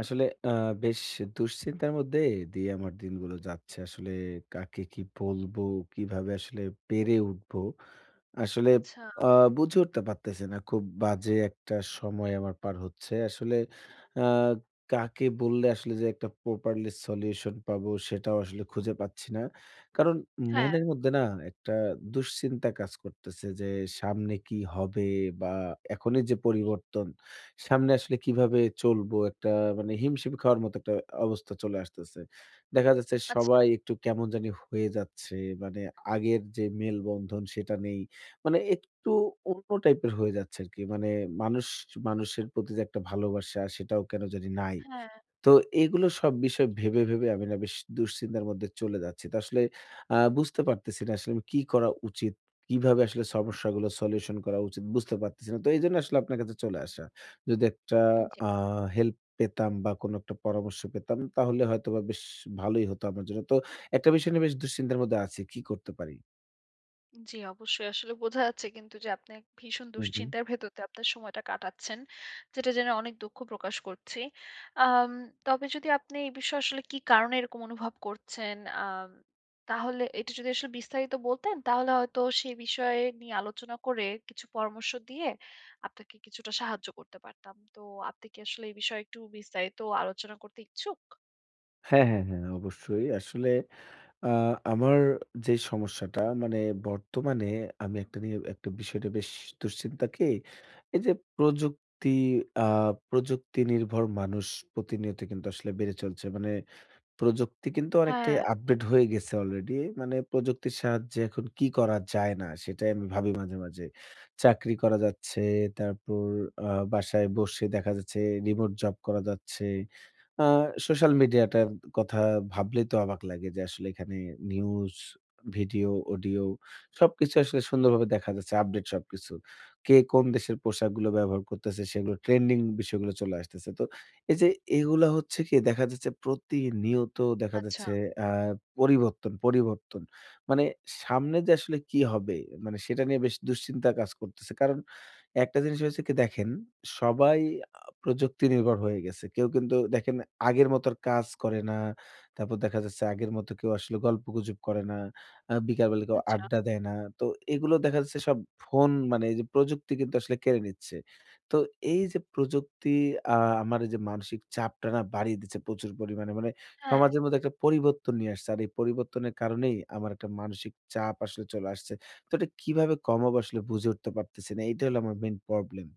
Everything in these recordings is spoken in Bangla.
আসলে বেশ দুশ্চিন্তার মধ্যে দিয়ে আমার দিনগুলো যাচ্ছে। আসলে কাকে কি বলবো? কিভাবে আসলে পেরে উঠবো? আসলে আচ্ছা। আ বুঝে উঠতে পারতেছি না। খুব বাজে একটা সময় আমার পার হচ্ছে। আসলে আ কাকে বললে আসলে যে একটা প্রপারলি সলিউশন পাবো সেটাও আসলে খুঁজে পাচ্ছি না। কারণ হ্যাঁ, মনের মধ্যে না একটা দুশ্চিন্তা কাজ করতেছে যে সামনে কি হবে? বা এখনই যে পরিবর্তন সামনে আসলে কিভাবে চলবো? একটা মানে হিমশিম খাওয়ার মতো একটা অবস্থা চলে আসতেছে। দেখা যাচ্ছে আচ্ছা। সবাই একটু কেমন জানি হয়ে যাচ্ছে। মানে আগের যে মেলবন্ধন সেটা নেই। মানে একটু অন্য টাইপের হয়ে যাচ্ছে আরকি। মানে মানুষ মানুষের প্রতি যে একটা ভালোবাসা সেটাও কেন জানি নাই। হ্যাঁ। তো এগুলো সব বিষয় ভেবে, ভেবে আমি না বেশ দুশ্চিন্তার মধ্যে চলে যাচ্ছি। তো আসলে বুঝতে পারতেছি না আসলে আমি কি করা উচিত? কিভাবে আসলে সমস্যাগুলো সলিউশন করা উচিত? বুঝতে পারতেছি না। তো এইজন্য আসলে আপনার কাছে চলে আসা। যদি একটা জি, আ হেল্প পেতাম বা কোনো একটা পরামর্শ পেতাম তাহলে হয়তোবা বেশ ভালোই হতো আমার জন্য। তো একটা বিষয় নিয়ে বেশ দুশ্চিন্তার মধ্যে আছি। কি করতে পারি? জি অবশ্যই। আসলে বোঝা যাচ্ছে কিন্তু যে আপনি এক ভীষণ হু, হু। দুশ্চিন্তার ভেতর দিয়ে আপনার সময়টা কাটাচ্ছেন। যেটা জেনে অনেক দুঃখ প্রকাশ করছি। আম তবে যদি আপনি এই বিষয়ে আসলে কি কারণে এরকম অনুভব করছেন, আম তাহলে এটা যদি আসলে বিস্তারিত বলতেন তাহলে হয়তো সেই বিষয়ে নিয়ে আলোচনা করে কিছু পরামর্শ দিয়ে আপনাকে কিছুটা সাহায্য করতে পারতাম। তো আপনি কি আসলে এই বিষয়ে একটু বিস্তারিত আলোচনা করতে ইচ্ছুক? হ্যাঁ, হ্যাঁ, হ্যাঁ, অবশ্যই। আসলে আ আমার যে সমস্যাটা মানে বর্তমানে আমি একটা বিষয়টা বেশ দুশ্চিন্তা কি, এই যে প্রযুক্তি আ প্রযুক্তি নির্ভর মানুষ প্রতিনিয়ত কিন্তু আসলে বেড়ে চলছে। মানে প্রযুক্তি কিন্তু অনেকটাই হ্যাঁ, আপডেট হয়ে গেছে অলরেডি। মানে প্রযুক্তির সাহায্যে এখন কি করা যায় না? সেটাই আমি ভাবি মাঝে, মাঝে। চাকরি করা যাচ্ছে, তারপর বাসায় বসে দেখা যাচ্ছে রিমোট জব করা যাচ্ছে। আ সোশ্যাল মিডিয়াটার কথা ভাবলেই তো অবাক লাগে যে আসলে এখানে নিউজ, ভিডিও, অডিও সবকিছু আসলে সুন্দরভাবে দেখা যাচ্ছে আপডেট সবকিছু। কে কোন দেশের পোশাকগুলো ব্যবহার করতেছে সেগুলো ট্রেন্ডিং বিষয়গুলো চলে আসতেছে। তো এই যে এগুলা হচ্ছে কি দেখা যাচ্ছে প্রতিনিয়ত দেখা আচ্ছা, যাচ্ছে আ পরিবর্তন, পরিবর্তন। মানে সামনে যে আসলে কি হবে? মানে সেটা নিয়ে বেশ দুশ্চিন্তা কাজ করতেছে। কারণ একটা জিনিস হয়েছে কি দেখেন, সবাই প্রযুক্তি নির্ভর হয়ে গেছে। কেউ কিন্তু দেখেন আগের মতো আর কাজ করে না। তারপর দেখা যাচ্ছে আগের মতো কেউ আসলে গল্পগুজব করে না। বিকালবেলা কেউ আচ্ছা। আড্ডা দেয় না। তো এগুলো দেখা যাচ্ছে সব ফোন মানে এই যে প্রযুক্তি কিন্তু আসলে কেড়ে নিচ্ছে। তো এই যে প্রযুক্তি আ আমার এই যে মানসিক চাপটা না বাড়িয়ে দিচ্ছে প্রচুর পরিমাণে। মানে হ্যাঁ। সমাজের মধ্যে একটা পরিবর্তন নিয়ে আসছে। আর এই পরিবর্তনের কারণেই আমার একটা মানসিক চাপ আসলে চলে আসছে। তো এটা কিভাবে কমাবো আসলে বুঝে উঠতে পারতেছি না। এইটা হলো আমার মেইন প্রবলেম।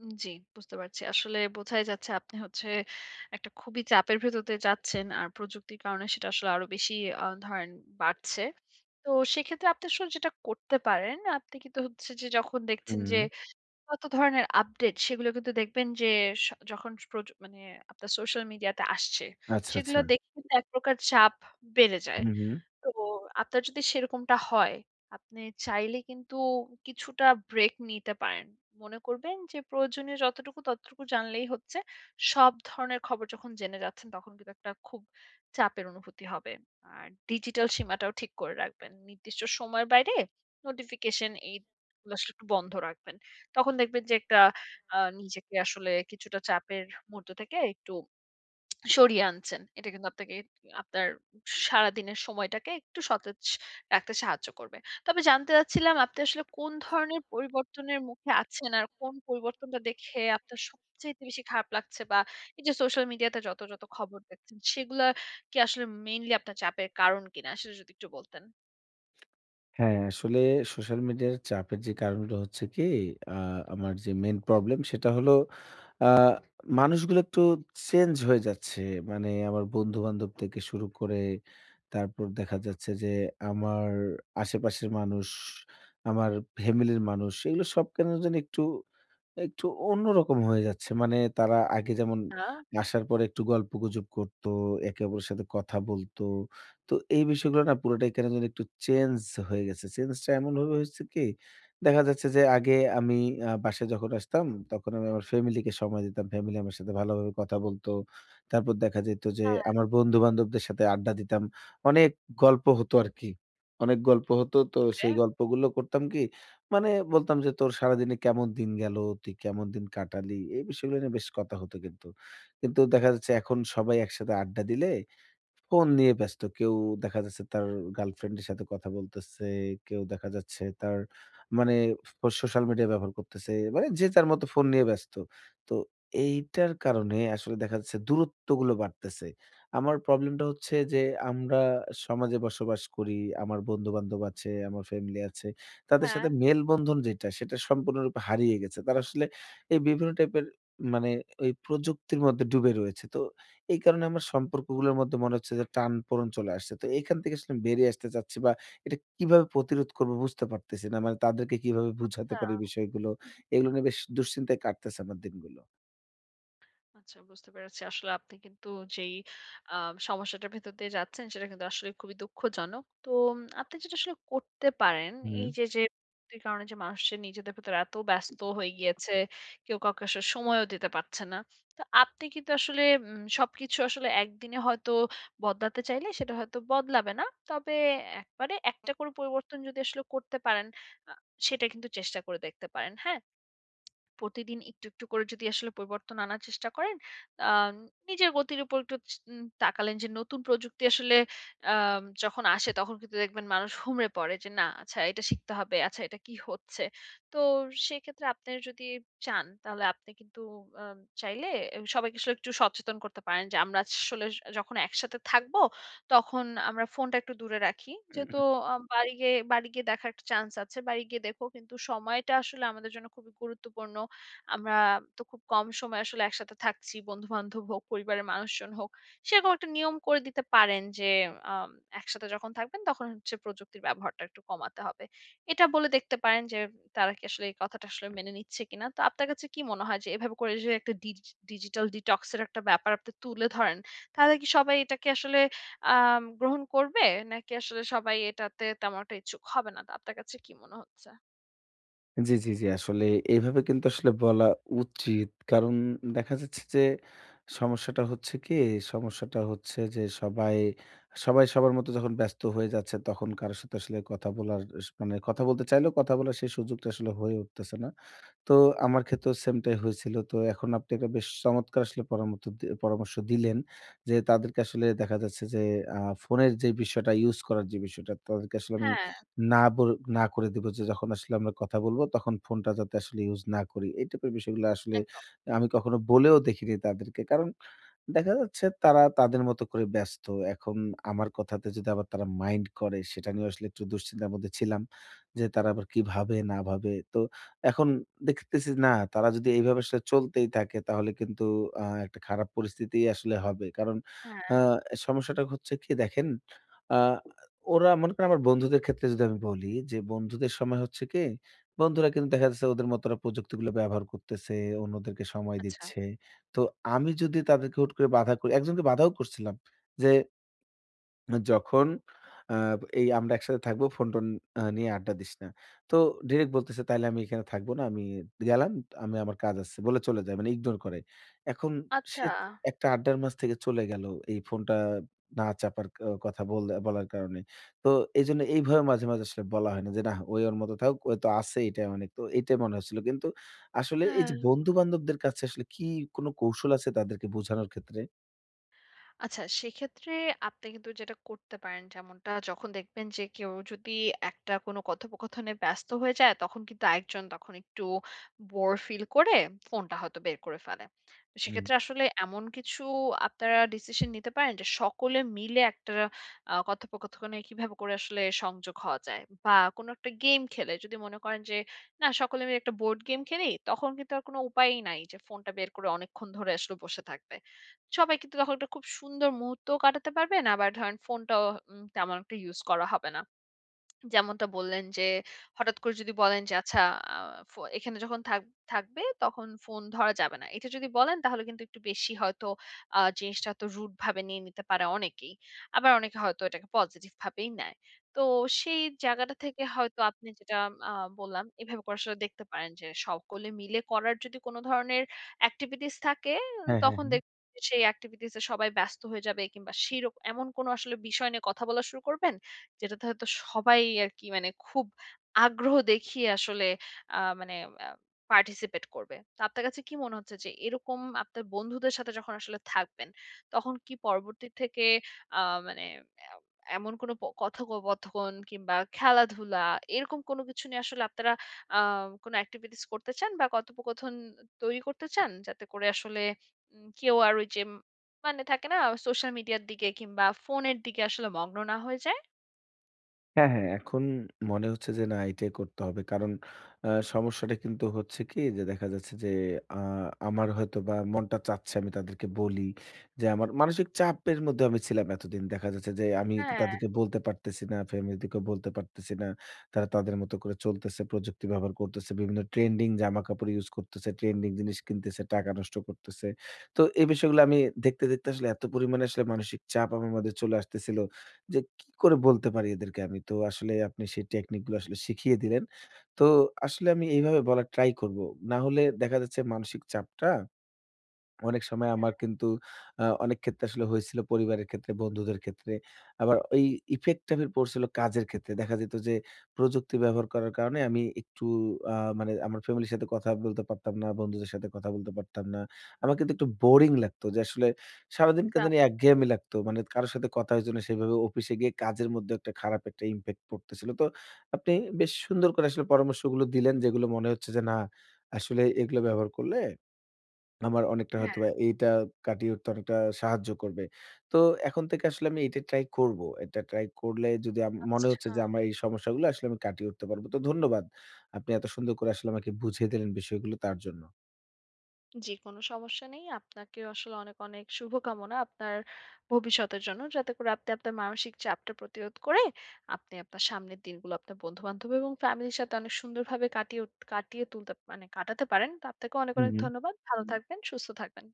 উম জি, বুঝতে পারছি। আসলে বোঝাই যাচ্ছে আপনি হচ্ছে একটা খুবই চাপের ভেতর দিয়ে যাচ্ছেন। আর প্রযুক্তির কারণে সেটা আসলে আরো বেশি ধরেন বাড়ছে। তো সেক্ষেত্রে আপনি আসলে যেটা করতে পারেন, আপনি কিন্তু হচ্ছে যে যখন দেখছেন হুম। যে কত ধরনের আপডেট সেগুলো কিন্তু দেখবেন যে স যখন প্রযু মানে আপনার সোশ্যাল মিডিয়াতে আসছে, আচ্ছা, সেগুলো আচ্ছা। দেখে কিন্তু এক প্রকার চাপ বেড়ে যায়। হু, হু। তো আপনার যদি সেরকমটা হয়, আপনি চাইলে কিন্তু কিছুটা ব্রেক নিতে পারেন। মনে করবেন যে প্রয়োজনীয় যতটুকু, ততটুকু জানলেই হচ্ছে। সব ধরনের খবর যখন জেনে যাচ্ছেন, তখন কিন্তু একটা খুব চাপের অনুভূতি হবে। আর ডিজিটাল সীমাটাও ঠিক করে রাখবেন। নির্দিষ্ট সময়ের বাইরে নোটিফিকেশন এইগুলো আসলে একটু বন্ধ রাখবেন। তখন দেখবেন যে একটা নিজেকে আসলে কিছুটা চাপের মধ্য থেকে একটু সরিয়ে আনছেন। এটা কিন্তু আপনাকে আপনার সারাদিনের সময়টাকে একটু সতেজ রাখতে সাহায্য করবে। তবে জানতে চাচ্ছিলাম আপনি আসলে কোন ধরনের পরিবর্তনের মুখে আছেন? আর কোন পরিবর্তনটা দেখে আপনার সবচাইতে বেশি খারাপ লাগছে? বা এই যে সোশ্যাল মিডিয়াতে যত, যত খবর দেখছেন সেগুলা কি আসলে মেইনলি আপনার চাপের কারণ কিনা? সেটা যদি একটু বলতেন। হ্যাঁ, আসলে সোশ্যাল মিডিয়ার চাপের যে কারণটা হচ্ছে কি, আ আমার যে মেইন প্রবলেম সেটা হলো আ মানুষগুলো একটু চেঞ্জ হয়ে যাচ্ছে। মানে আমার বন্ধু-বান্ধব থেকে শুরু করে তারপর দেখা যাচ্ছে যে আমার আশেপাশের মানুষ, আমার ফ্যামিলির মানুষ এগুলো সব কেন জানি একটু একটু অন্যরকম হয়ে যাচ্ছে। মানে তারা আগে যেমন আ আসার পরে একটু গল্পগুজব করত, একে অপরের সাথে কথা বলতো। তো এই বিষয়গুলো না পুরোটাই কেন জানি একটু চেঞ্জ হয়ে গেছে। চেঞ্জটা এমনভাবে হয়েছে কি, দেখা যাচ্ছে যে আগে আমি বাসায় যখন আসতাম তখন আমি আমার ফ্যামিলিকে সময় দিতাম। ফ্যামিলি আমার সাথে ভালোভাবে কথা বলতো। তারপর দেখা যেত যে হ্যাঁ, আমার বন্ধু-বান্ধবদের সাথে আড্ডা দিতাম। অনেক গল্প হতো আরকি। অনেক গল্প হতো। তো ওকে। সেই গল্পগুলো করতাম কি মানে বলতাম যে, "তোর সারাদিনে কেমন দিন গেল? তুই কেমন দিন কাটালি?" এই বিষয়গুলো নিয়ে বেশ কথা হতো কিন্তু। কিন্তু দেখা যাচ্ছে এখন সবাই একসাথে আড্ডা দিলে ফোন নিয়ে ব্যস্ত। কেউ দেখা যাচ্ছে তার গার্লফ্রেন্ডের সাথে কথা বলতেছে, কেউ দেখা যাচ্ছে তার মানে সোশ্যাল মিডিয়া ব্যবহার করতেছে। মানে যে যার মতো ফোন নিয়ে ব্যস্ত। তো এইটার কারণে আসলে দেখা যাচ্ছে দূরত্বগুলো বাড়তেছে। আমার প্রবলেমটা হচ্ছে যে আমরা সমাজে বসবাস করি। আমার বন্ধু-বান্ধব আছে, আমার ফ্যামিলি আছে। তাদের হ্যাঁ, সাথে মেলবন্ধন যেটা সেটা সম্পূর্ণরূপে হারিয়ে গেছে। তারা আসলে এই বিভিন্ন টাইপের মানে ওই প্রযুক্তির মধ্যে ডুবে রয়েছে। তো এই কারণে আমার সম্পর্কগুলোর মধ্যে মনে হচ্ছে যে টানপোড়েন চলে আসছে। তো এখান থেকে আসলে বেরিয়ে আসতে চাচ্ছি বা এটা কিভাবে প্রতিরোধ করব বুঝতে পারতেছি না। মানে তাদেরকে কিভাবে বুঝাতে আচ্ছা। পারি বিষয়গুলো। এগুলো নিয়ে বেশ দুশ্চিন্তায় কাটতেছে আমার দিনগুলো। আচ্ছা বুঝতে পেরেছি। আসলে আপনি কিন্তু যেই আ সমস্যাটার ভেতর দিয়ে যাচ্ছেন সেটা কিন্তু আসলে খুবই দুঃখজনক। তো আপনি যেটা আসলে করতে পারেন হুম। এই যে, যে প্রযুক্তির কারণে যে মানুষ যে নিজেদের ভেতরে এত ব্যস্ত হয়ে গিয়েছে, কেউ কাউকে আসলে সময়ও দিতে পারছে না। তো আপনি কিন্তু আসলে সবকিছু আসলে একদিনে হয়তো বদলাতে চাইলে সেটা হয়তো বদলাবে না। তবে একবারে একটা করে পরিবর্তন যদি আসলে করতে পারেন আ সেটা কিন্তু চেষ্টা করে দেখতে পারেন। হ্যাঁ? প্রতিদিন একটু, একটু করে যদি আসলে পরিবর্তন আনার চেষ্টা করেন, আম নিজের গতির উপর একটু চ উম তাকালেন যে নতুন প্রযুক্তি আসলে যখন আসে তখন কিন্তু দেখবেন মানুষ হুমড়ে পড়ে যে, "না, আচ্ছা এটা শিখতে হবে। আচ্ছা এটা কি হচ্ছে?" তো সেক্ষেত্রে আপনি যদি চান তাহলে আপনি কিন্তু চাইলে সবাইকে আসলে একটু সচেতন করতে পারেন যে আমরা আসলে যখন একসাথে থাকবো তখন আমরা ফোনটা একটু দূরে রাখি। যেহেতু বাড়ি গিয়ে দেখার একটা চান্স আছে। বাড়ি গিয়ে দেখো কিন্তু সময়টা আসলে আমাদের জন্য খুবই গুরুত্বপূর্ণ। আমরা তো খুব কম সময় আসলে একসাথে থাকছি। বন্ধু-বান্ধব হোক, পরিবারের মানুষজন হোক। সেরকম একটা নিয়ম করে দিতে পারেন যে, আম একসাথে যখন থাকবেন তখন হচ্ছে প্রযুক্তির ব্যবহারটা একটু কমাতে হবে। এটা বলে দেখতে পারেন যে, তারা কি আসলে এই কথাটা আসলে মেনে নিচ্ছে কিনা? তো আপনার কাছে কি মনে হয় যে, এভাবে করে যে একটা ডিজিটাল ডিটক্স এর একটা ব্যাপার আপনি তুলে ধরেন, তাহলে কি সবাই এটাকে আসলে গ্রহণ করবে? নাকি আসলে সবাই এটাতে তেমন একটা ইচ্ছুক হবে না? তো আপনার কাছে কি মনে হচ্ছে? জি, জি, জি। আসলে এভাবে কিন্তু আসলে বলা উচিত। কারণ দেখা যাচ্ছে যে সমস্যাটা হচ্ছে কি? সমস্যাটা হচ্ছে যে সবাই, সবাই সবার মতো যখন ব্যস্ত হয়ে যাচ্ছে তখন কারো সাথে আসলে কথা বলার মানে কথা বলতে চাইলেও কথা বলার সেই সুযোগটা আসলে হয়ে উঠতেছে না। তো আমার ক্ষেত্রেও সেমটাই হয়েছিল। তো এখন আপনি একটা বেশ চমৎকার আসলে পরামত দি পরামর্শ দিলেন যে, তাদেরকে আসলে দেখা যাচ্ছে যে, ফোনের যে বিষয়টা ইউজ করার যে বিষয়টা, তাদেরকে আসলে আমি হ্যাঁ, না বল না করে দিব যে, যখন আসলে আমরা কথা বলব, তখন ফোনটা যাতে আসলে ইউজ না করি। এই টাইপের বিষয়গুলো আসলে একদম। আমি কখনো বলেও দেখিনি তাদেরকে। কারণ দেখা যাচ্ছে তারা তাদের মতো করে ব্যস্ত। এখন আমার কথাতে যদি আবার তারা মাইন্ড করে সেটা নিয়ে আসলে একটু দুশ্চিন্তার মধ্যে ছিলাম। যে তারা আবার কি ভাবে না ভাবে। তো এখন দেখতেছি না তারা যদি এইভাবে আসলে চলতেই থাকে তাহলে কিন্তু একটা খারাপ পরিস্থিতি আসলে হবে। কারণ আ হ্যাঁ, সমস্যাটা হচ্ছে কি দেখেন আ ওরা মনে করেন আমার বন্ধুদের ক্ষেত্রে যদি আমি বলি যে বন্ধুদের সময় হচ্ছে কি বন্ধুরা কিন্তু দেখা যাচ্ছে ওদের মত ওরা প্রযুক্তিগুলো ব্যবহার করতেছে, অন্যদেরকে সময় আচ্ছা। দিচ্ছে। তো আমি যদি তাদেরকে হুট করে বাধা করি, একজনকে বাধাও করছিলাম যে, যখন আ এই আমরা একসাথে থাকবো ফোন-টোন নিয়ে আড্ডা দিস না। তো ডিরেক্ট বলতেছে, "তাইলে আমি এখানে থাকবো না। আমি গেলাম। আমি আমার কাজ আছে" বলে চলে যায়। মানে ইগনোর করে। এখন সে আচ্ছা। একটা আড্ডার মাঝ থেকে চলে গেল এই ফোনটা না চাপার ক কথা বল বলার কারণে। তো এজন্য এইভাবে মাঝে, মাঝে আসলে বলা হয় না যে, "নাহ, ওই ওর মতো থাকুক। ওই তো আছে এটাই অনেক।" তো এটাই মনে হচ্ছিল। কিন্তু আসলে এই হ্যাঁ, যে বন্ধু-বান্ধবদের কাছে আসলে কি কোনো কৌশল আছে তাদেরকে বোঝানোর ক্ষেত্রে? আচ্ছা সেক্ষেত্রে আপনি কিন্তু যেটা করতে পারেন যেমনটা যখন দেখবেন যে কেউ যদি একটা কোনো কথোপকথনে ব্যস্ত হয়ে যায় তখন কিন্তু একজন তখন একটু বোর ফিল করে ফোনটা হয়তো বের করে ফেলে তো হুম। সেক্ষেত্রে আসলে এমন কিছু আপনারা ডিসিশন নিতে পারেন যে সকলে মিলে একটা কথোপকথনে কিভাবে করে আসলে সংযোগ হওয়া যায় বা কোনো একটা গেম খেলে যদি মনে করেন যে না সকলে মিলে একটা বোর্ড গেম খেলি তখন কিন্তু আর কোনো উপায়ই নাই যে ফোনটা বের করে অনেকক্ষণ ধরে আসলে বসে থাকবে সবাই কিন্তু তখন একটা খুব সুন্দর মুহূর্তও কাটাতে পারবেন। আবার ধরেন ফোনটাও তেমন একটা ইউজ করা হবে না। যেমনটা বললেন যে, হঠাৎ করে যদি বলেন যে, "আচ্ছা আ এখানে যখন থাকবে তখন ফোন ধরা যাবে না।" এটা যদি বলেন তাহলে কিন্তু একটু বেশি হয়তো জিনিসটা হয়তো রুড ভাবে নিয়ে নিতে পারে অনেকেই। আবার অনেকে হয়তো এটাকে পজিটিভ ভাবেই নেয়। তো সেই জায়গাটা থেকে হয়তো আপনি যেটা আ বললাম এভাবে করে আসলে দেখতে পারেন যে, সকলে মিলে করার যদি কোনো ধরনের এক্টিভিটিস থাকে হ্যাঁ, হ্যাঁ, তখন হ্যাঁ। দেখবেন যে, সেই এক্টিভিটিস এ সবাই ব্যস্ত হয়ে যাবে কিংবা এমন কোনো আসলে বিষয় নিয়ে কথা বলা শুরু করবেন যেটাতে হয়তো সবাই আরকি মানে খুব আগ্রহ দেখিয়ে আসলে মানে আ পার্টিসিপেট করবে। তো আপনার কাছে কি মনে হচ্ছে যে এরকম আপনার বন্ধুদের সাথে যখন আসলে থাকবেন, তখন কি পরবর্তী থেকে আ মানে এ এমন কোনো কথোপকথন কিংবা খেলাধুলা এরকম কোনো কিছু নিয়ে আসলে আপনারা আ কোনো এক্টিভিটিস করতে চান বা কথোপকথন তৈরি করতে চান? যাতে করে আসলে কেউ আর ওই যে মানে থাকে না সোশ্যাল মিডিয়ার দিকে কিংবা ফোনের দিকে আসলে মগ্ন না হয়ে যায়? হ্যাঁ, হ্যাঁ। এখন মনে হচ্ছে যে না এটাই করতে হবে। কারণ সমস্যাটা কিন্তু হচ্ছে কি যে দেখা যাচ্ছে যে আ আমার হয়তোবা মনটা চাচ্ছে আমি তাদেরকে বলি যে আমার মানসিক চাপের মধ্যে আমি ছিলাম এতদিন। দেখা যাচ্ছে যে আমি হ্যাঁ। তাদেরকে বলতে পারতেছি না, ফ্যামিলিকেও বলতে পারতেছি না। তারা তাদের মতো করে চলতেছে, প্রযুক্তি ব্যবহার করতেছে, বিভিন্ন ট্রেন্ডিং জামাকাপড় ইউজ করতেছে, ট্রেন্ডিং জিনিস কিনতেছে, টাকা নষ্ট করতেছে। তো এই বিষয়গুলো আমি দেখতে, দেখতে আসলে এত পরিমাণে আসলে মানসিক চাপ আমার মধ্যে চলে আসতেছিল যে কি করে বলতে পারি এদেরকে আমি? তো আসলে আপনি সেই টেকনিক গুলো আসলে শিখিয়ে দিলেন। তো আসলে আমি এইভাবে বলার ট্রাই করব। না হলে দেখা যাচ্ছে মানসিক চাপটা অনেক সময় আমার কিন্তু অনেক ক্ষেত্রে আসলে হয়েছিল পরিবারের ক্ষেত্রে, বন্ধুদের ক্ষেত্রে। আবার ওই ইফেক্টটা ফের পড়ছিল কাজের ক্ষেত্রে। দেখা যেত যে প্রযুক্তি ব্যবহার করার কারণে আমি একটু মানে আমার ফ্যামিলির সাথে কথা বলতে পারতাম না, বন্ধুদের সাথে কথা বলতে পারতাম না। আমার কিন্তু একটু বোরিং লাগতো যে আসলে সারাদিন কেন আচ্ছা, জানি একঘেয়েমি লাগতো। মানে কারো সাথে কথা হইছিল না সেভাবে অফিসে গিয়ে কাজের মধ্যে একটা খারাপ একটা ইমপ্যাক্ট পড়তেছিল। তো আপনি বেশ সুন্দর করে আসলে পরামর্শগুলো দিলেন যেগুলো মনে হচ্ছে যে না আসলে এগুলো ব্যবহার করলে আমার অনেকটা হ্যাঁ, হয়তোবা এইটা কাটিয়ে উঠতে অনেকটা সাহায্য করবে। তো এখন থেকে আসলে আমি এটা ট্রাই করব। এটা ট্রাই করলে যদি মনে আচ্ছা। হচ্ছে যে আমার এই সমস্যাগুলো আসলে আমি কাটিয়ে উঠতে পারব। তো ধন্যবাদ। আপনি এত সুন্দর করে আসলে আমাকে বুঝিয়ে দিলেন বিষয়গুলো তার জন্য। জি, কোন সমস্যা নেই। আপনাকে আসলে অনেক, অনেক শুভকামনা আপনার ভবিষ্যতের জন্য। যাতে করে আপনি আপনার মানসিক চাপটা প্রতিরোধ করে আপনি আপনার সামনের দিনগুলো আপনার বন্ধু-বান্ধব এবং ফ্যামিলির সাথে অনেক সুন্দরভাবে কাটিয়ে তুলতে মানে কাটাতে পারেন। তো আপনাকে অনেক, অনেক হুম। ধন্যবাদ। ভালো থাকবেন, সুস্থ থাকবেন।